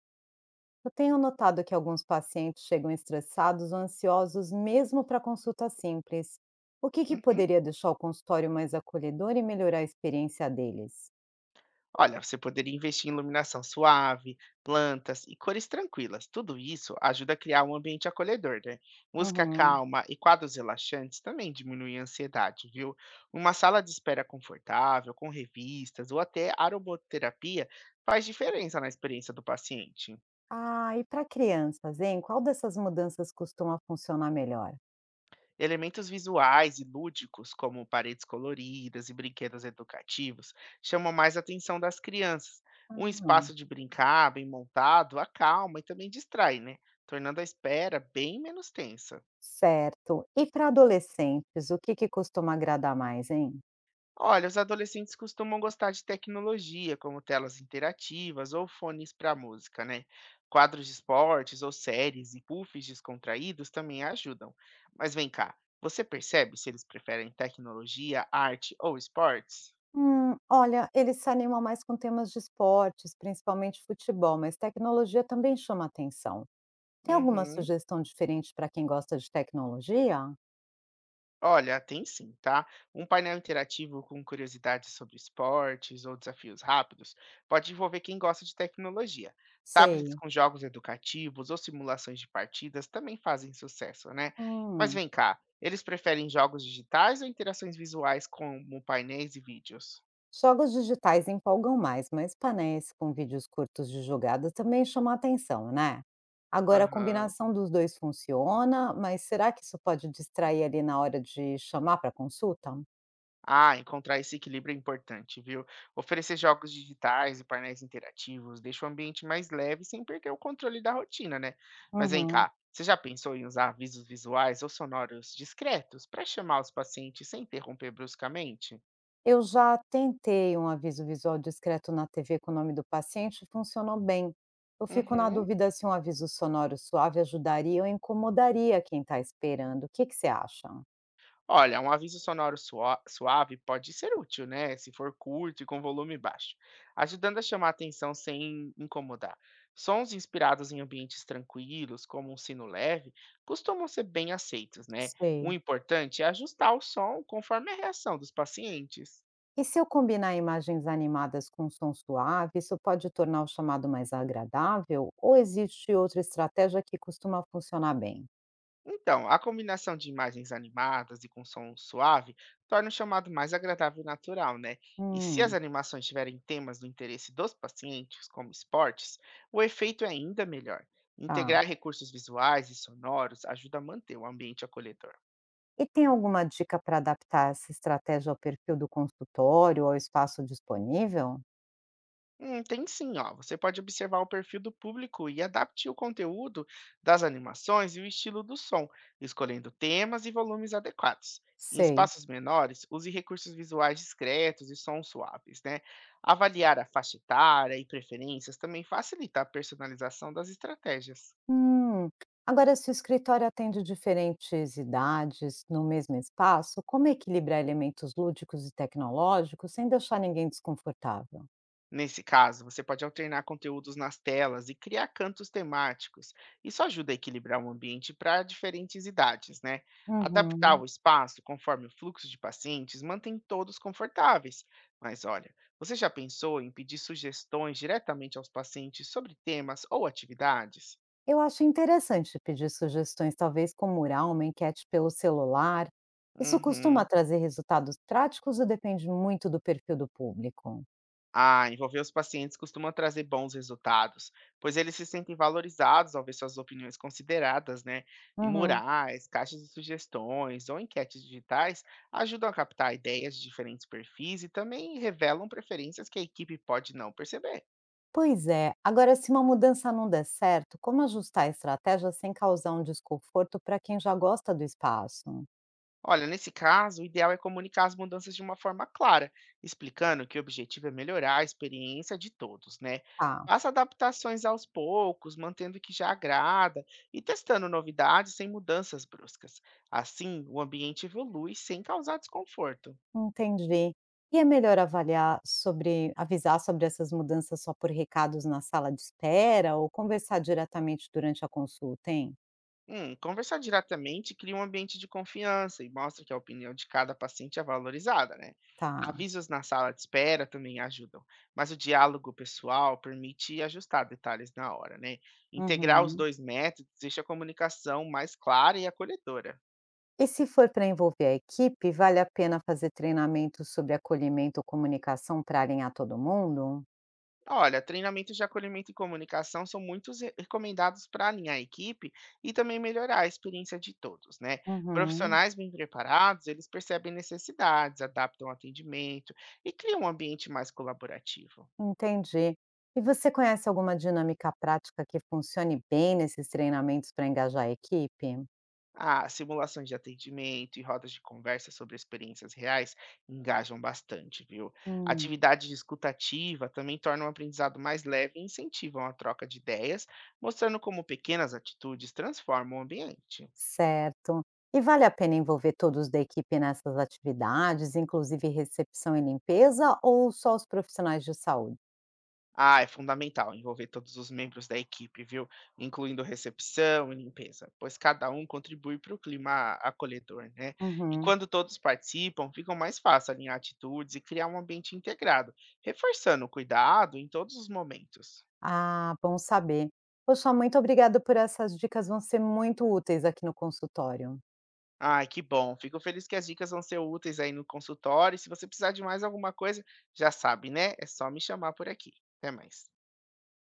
Eu tenho notado que alguns pacientes chegam estressados ou ansiosos mesmo para consulta simples. O que Uhum. poderia deixar o consultório mais acolhedor e melhorar a experiência deles? Olha, você poderia investir em iluminação suave, plantas e cores tranquilas. Tudo isso ajuda a criar um ambiente acolhedor, né? Música Uhum. calma e quadros relaxantes também diminuem a ansiedade, viu? Uma sala de espera confortável, com revistas ou até aromaterapia faz diferença na experiência do paciente. Ah, e para crianças, hein? Qual dessas mudanças costuma funcionar melhor? Elementos visuais e lúdicos, como paredes coloridas e brinquedos educativos, chamam mais a atenção das crianças. Um Ah, espaço de brincar bem montado acalma e também distrai, né? Tornando a espera bem menos tensa. certo. E para adolescentes, o que costuma agradar mais, hein? Olha, os adolescentes costumam gostar de tecnologia, como telas interativas ou fones para música, né? Quadros de esportes ou séries e puffs descontraídos também ajudam. Mas vem cá, você percebe se eles preferem tecnologia, arte ou esportes? Olha, eles se animam mais com temas de esportes, principalmente futebol, mas tecnologia também chama atenção. Tem alguma Uhum. sugestão diferente para quem gosta de tecnologia? Olha, tem sim, tá? Um painel interativo com curiosidades sobre esportes ou desafios rápidos pode envolver quem gosta de tecnologia. Tablets Sei. com jogos educativos ou simulações de partidas também fazem sucesso, né? Mas Hum. vem cá, eles preferem jogos digitais ou interações visuais como painéis e vídeos? Jogos digitais empolgam mais, mas painéis com vídeos curtos de jogada também chama atenção, né? Agora, a Aham. combinação dos dois funciona, mas será que isso pode distrair ali na hora de chamar para consulta? Ah, encontrar esse equilíbrio é importante, viu? Oferecer jogos digitais e painéis interativos deixa o ambiente mais leve sem perder o controle da rotina, né? Mas vem Uhum. cá, você já pensou em usar avisos visuais ou sonoros discretos para chamar os pacientes sem interromper bruscamente? Eu já tentei um aviso visual discreto na TV com o nome do paciente e funcionou bem. Eu fico na Uhum. dúvida se um aviso sonoro suave ajudaria ou incomodaria quem está esperando. O que que você acha? Olha, um aviso sonoro suave pode ser útil, né? Se for curto e com volume baixo, ajudando a chamar atenção sem incomodar. Sons inspirados em ambientes tranquilos, como um sino leve, costumam ser bem aceitos, né? O Sei. importante é ajustar o som conforme a reação dos pacientes. E se eu combinar imagens animadas com som suave, isso pode tornar o chamado mais agradável? Ou existe outra estratégia que costuma funcionar bem? Então, a combinação de imagens animadas e com som suave torna o chamado mais agradável e natural, né? E se as Hum, animações tiverem temas do interesse dos pacientes, como esportes, o efeito é ainda melhor. tá. Integrar recursos visuais e sonoros ajuda a manter o ambiente acolhedor. E tem alguma dica para adaptar essa estratégia ao perfil do consultório ou ao espaço disponível? Tem sim, ó. Você pode observar o perfil do público e adapte o conteúdo das animações e o estilo do som, escolhendo temas e volumes adequados. Em Sei. espaços menores, use recursos visuais discretos e sons suaves, né? Avaliar a faixa etária e preferências também facilita a personalização das estratégias. Hum. Agora, se o escritório atende diferentes idades no mesmo espaço, como equilibrar elementos lúdicos e tecnológicos sem deixar ninguém desconfortável? Nesse caso, você pode alternar conteúdos nas telas e criar cantos temáticos. Isso ajuda a equilibrar o ambiente para diferentes idades, né? Adaptar o Uhum. espaço conforme o fluxo de pacientes mantém todos confortáveis. Mas olha, você já pensou em pedir sugestões diretamente aos pacientes sobre temas ou atividades? Eu acho interessante pedir sugestões, talvez com mural, uma enquete pelo celular. Isso costuma Uhum. trazer resultados práticos ou depende muito do perfil do público? Ah, envolver os pacientes costuma trazer bons resultados, pois eles se sentem valorizados ao ver suas opiniões consideradas, né? E Uhum. murais, caixas de sugestões ou enquetes digitais ajudam a captar ideias de diferentes perfis e também revelam preferências que a equipe pode não perceber. Pois é. Agora, se uma mudança não der certo, como ajustar a estratégia sem causar um desconforto para quem já gosta do espaço? Olha, nesse caso, o ideal é comunicar as mudanças de uma forma clara, explicando que o objetivo é melhorar a experiência de todos, né? Tá. Faça adaptações aos poucos, mantendo o que já agrada e testando novidades sem mudanças bruscas. Assim, o ambiente evolui sem causar desconforto. Entendi. E é melhor avaliar sobre avisar sobre essas mudanças só por recados na sala de espera ou conversar diretamente durante a consulta, hein? Conversar diretamente cria um ambiente de confiança e mostra que a opinião de cada paciente é valorizada, né? Tá. Avisos na sala de espera também ajudam, mas o diálogo pessoal permite ajustar detalhes na hora, né? Integrar os Uhum. dois métodos deixa a comunicação mais clara e acolhedora. E se for para envolver a equipe, vale a pena fazer treinamento sobre acolhimento ou comunicação para alinhar todo mundo? Olha, treinamentos de acolhimento e comunicação são muito recomendados para alinhar a equipe e também melhorar a experiência de todos, né? Uhum. Profissionais bem preparados, eles percebem necessidades, adaptam o atendimento e criam um ambiente mais colaborativo. Entendi. E você conhece alguma dinâmica prática que funcione bem nesses treinamentos para engajar a equipe? Ah, simulações de atendimento e rodas de conversa sobre experiências reais engajam bastante, viu? Hum. Atividades de escuta ativa também tornam o aprendizado mais leve e incentivam a troca de ideias, mostrando como pequenas atitudes transformam o ambiente. Certo. E vale a pena envolver todos da equipe nessas atividades, inclusive recepção e limpeza, ou só os profissionais de saúde? Ah, é fundamental envolver todos os membros da equipe, viu? Incluindo recepção e limpeza, pois cada um contribui para o clima acolhedor, né? E Uhum. quando todos participam, fica mais fácil alinhar atitudes e criar um ambiente integrado, reforçando o cuidado em todos os momentos. Ah, bom saber. Poxa, muito obrigada por essas dicas, vão ser muito úteis aqui no consultório. Ai, que bom. Fico feliz que as dicas vão ser úteis aí no consultório. E se você precisar de mais alguma coisa, já sabe, né? É só me chamar por aqui. Até mais.